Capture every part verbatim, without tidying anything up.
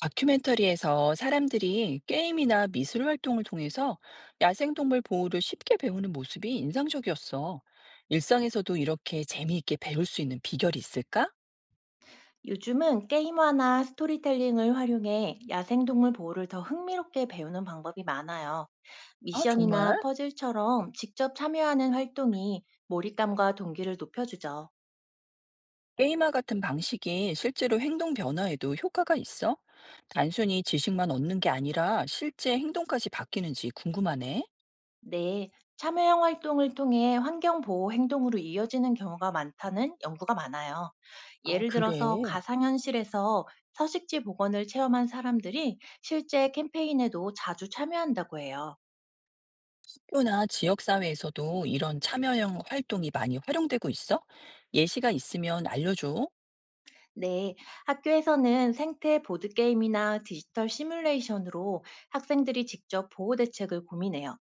다큐멘터리에서 사람들이 게임이나 미술 활동을 통해서 야생동물 보호를 쉽게 배우는 모습이 인상적이었어. 일상에서도 이렇게 재미있게 배울 수 있는 비결이 있을까? 요즘은 게임화나 스토리텔링을 활용해 야생동물 보호를 더 흥미롭게 배우는 방법이 많아요. 아, 정말? 미션이나 퍼즐처럼 직접 참여하는 활동이 몰입감과 동기를 높여주죠. 게임화 같은 방식이 실제로 행동 변화에도 효과가 있어? 단순히 지식만 얻는 게 아니라 실제 행동까지 바뀌는지 궁금하네. 네, 참여형 활동을 통해 환경보호 행동으로 이어지는 경우가 많다는 연구가 많아요. 아, 예를 들어서 그래. 가상현실에서 서식지 복원을 체험한 사람들이 실제 캠페인에도 자주 참여한다고 해요. 학교나 지역사회에서도 이런 참여형 활동이 많이 활용되고 있어? 예시가 있으면 알려줘. 네, 학교에서는 생태 보드게임이나 디지털 시뮬레이션으로 학생들이 직접 보호 대책을 고민해요.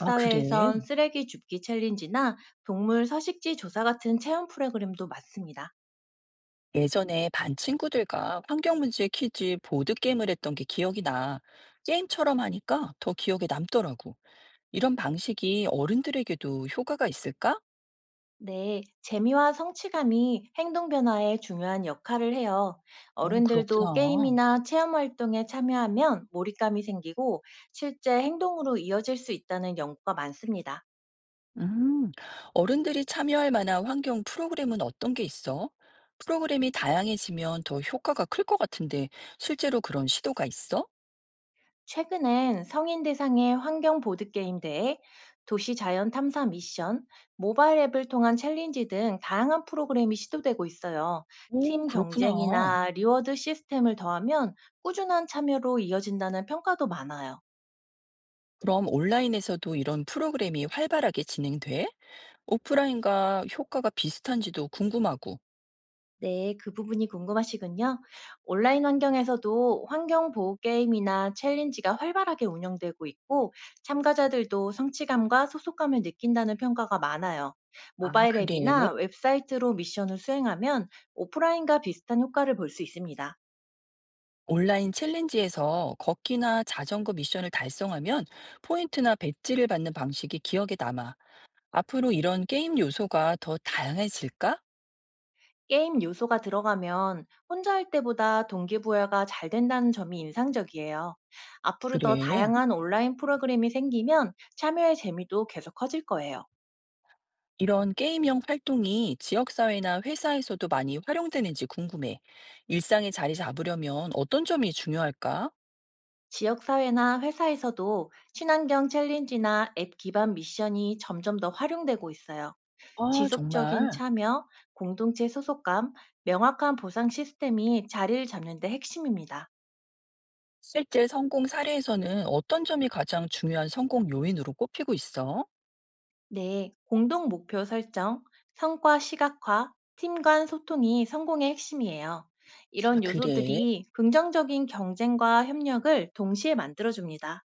아, 그래. 쓰레기 줍기 챌린지나 동물 서식지 조사 같은 체험 프로그램도 많습니다. 예전에 반 친구들과 환경문제 퀴즈 보드게임을 했던 게 기억이 나. 게임처럼 하니까 더 기억에 남더라고. 이런 방식이 어른들에게도 효과가 있을까? 네, 재미와 성취감이 행동 변화에 중요한 역할을 해요. 어, 어른들도 그렇구나. 게임이나 체험 활동에 참여하면 몰입감이 생기고 실제 행동으로 이어질 수 있다는 연구가 많습니다. 음, 어른들이 참여할 만한 환경 프로그램은 어떤 게 있어? 프로그램이 다양해지면 더 효과가 클 것 같은데 실제로 그런 시도가 있어? 최근엔 성인 대상의 환경 보드게임 대회, 도시 자연 탐사 미션, 모바일 앱을 통한 챌린지 등 다양한 프로그램이 시도되고 있어요. 오, 팀 그렇구나. 경쟁이나 리워드 시스템을 더하면 꾸준한 참여로 이어진다는 평가도 많아요. 그럼 온라인에서도 이런 프로그램이 활발하게 진행돼? 오프라인과 효과가 비슷한지도 궁금하고. 네, 그 부분이 궁금하시군요. 온라인 환경에서도 환경보호 게임이나 챌린지가 활발하게 운영되고 있고, 참가자들도 성취감과 소속감을 느낀다는 평가가 많아요. 아, 모바일 그래. 앱이나 웹사이트로 미션을 수행하면 오프라인과 비슷한 효과를 볼 수 있습니다. 온라인 챌린지에서 걷기나 자전거 미션을 달성하면 포인트나 배지를 받는 방식이 기억에 남아. 앞으로 이런 게임 요소가 더 다양해질까? 게임 요소가 들어가면 혼자 할 때보다 동기부여가 잘 된다는 점이 인상적이에요. 앞으로 더 그래. 다양한 온라인 프로그램이 생기면 참여의 재미도 계속 커질 거예요. 이런 게임형 활동이 지역사회나 회사에서도 많이 활용되는지 궁금해. 일상에 자리 잡으려면 어떤 점이 중요할까? 지역사회나 회사에서도 친환경 챌린지나 앱 기반 미션이 점점 더 활용되고 있어요. 아, 지속적인 정말. 참여, 공동체 소속감, 명확한 보상 시스템이 자리를 잡는 데 핵심입니다. 실제 성공 사례에서는 어떤 점이 가장 중요한 성공 요인으로 꼽히고 있어? 네, 공동 목표 설정, 성과 시각화, 팀 간 소통이 성공의 핵심이에요. 아, 이런 그래. 요소들이 긍정적인 경쟁과 협력을 동시에 만들어줍니다.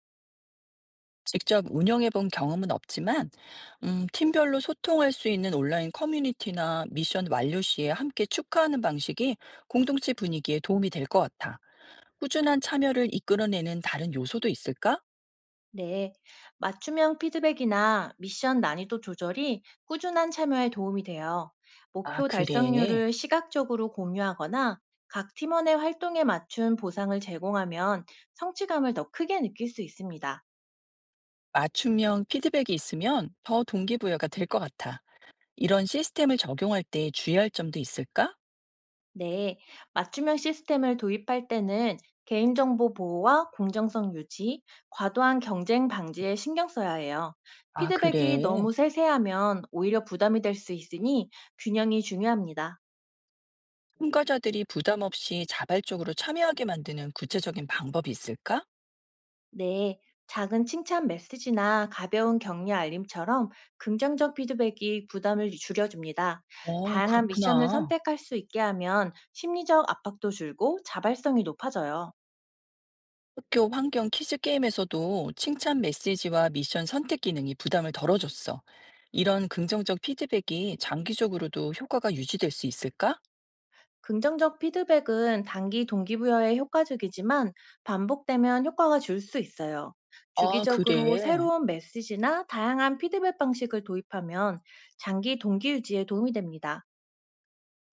직접 운영해 본 경험은 없지만, 음, 팀별로 소통할 수 있는 온라인 커뮤니티나 미션 완료 시에 함께 축하하는 방식이 공동체 분위기에 도움이 될 것 같아. 꾸준한 참여를 이끌어내는 다른 요소도 있을까? 네, 맞춤형 피드백이나 미션 난이도 조절이 꾸준한 참여에 도움이 돼요. 아, 목표 그래. 달성률을 시각적으로 공유하거나 각 팀원의 활동에 맞춘 보상을 제공하면 성취감을 더 크게 느낄 수 있습니다. 맞춤형 피드백이 있으면 더 동기부여가 될 것 같아. 이런 시스템을 적용할 때 주의할 점도 있을까? 네, 맞춤형 시스템을 도입할 때는 개인정보 보호와 공정성 유지, 과도한 경쟁 방지에 신경 써야 해요. 아, 피드백이 그래. 너무 세세하면 오히려 부담이 될 수 있으니 균형이 중요합니다. 참가자들이 부담 없이 자발적으로 참여하게 만드는 구체적인 방법이 있을까? 네, 작은 칭찬 메시지나 가벼운 격려 알림처럼 긍정적 피드백이 부담을 줄여줍니다. 어, 다양한 미션을 그렇구나. 선택할 수 있게 하면 심리적 압박도 줄고 자발성이 높아져요. 학교 환경 퀴즈 게임에서도 칭찬 메시지와 미션 선택 기능이 부담을 덜어줬어. 이런 긍정적 피드백이 장기적으로도 효과가 유지될 수 있을까? 긍정적 피드백은 단기 동기부여에 효과적이지만 반복되면 효과가 줄 수 있어요. 아, 주기적으로 그래. 새로운 메시지나 다양한 피드백 방식을 도입하면 장기 동기 유지에 도움이 됩니다.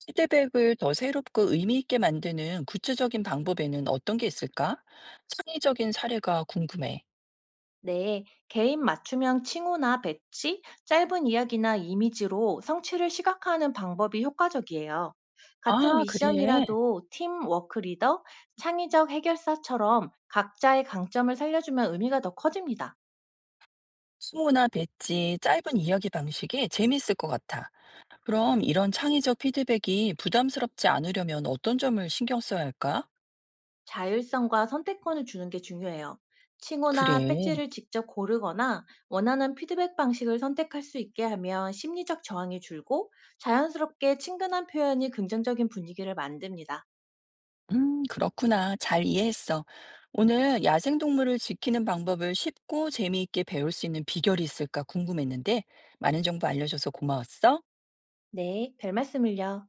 피드백을 더 새롭고 의미 있게 만드는 구체적인 방법에는 어떤 게 있을까? 창의적인 사례가 궁금해. 네, 개인 맞춤형 칭호나 배치, 짧은 이야기나 이미지로 성취를 시각화하는 방법이 효과적이에요. 같은 아, 그래. 미션이라도 팀 워크 리더, 창의적 해결사처럼 각자의 강점을 살려주면 의미가 더 커집니다. 수모나 배지, 짧은 이야기 방식이 재밌을 것 같아. 그럼 이런 창의적 피드백이 부담스럽지 않으려면 어떤 점을 신경 써야 할까? 자율성과 선택권을 주는 게 중요해요. 칭호나 그래. 배지를 직접 고르거나 원하는 피드백 방식을 선택할 수 있게 하면 심리적 저항이 줄고 자연스럽게 친근한 표현이 긍정적인 분위기를 만듭니다. 음, 그렇구나. 잘 이해했어. 오늘 야생동물을 지키는 방법을 쉽고 재미있게 배울 수 있는 비결이 있을까 궁금했는데, 많은 정보 알려줘서 고마웠어. 네, 별 말씀을요.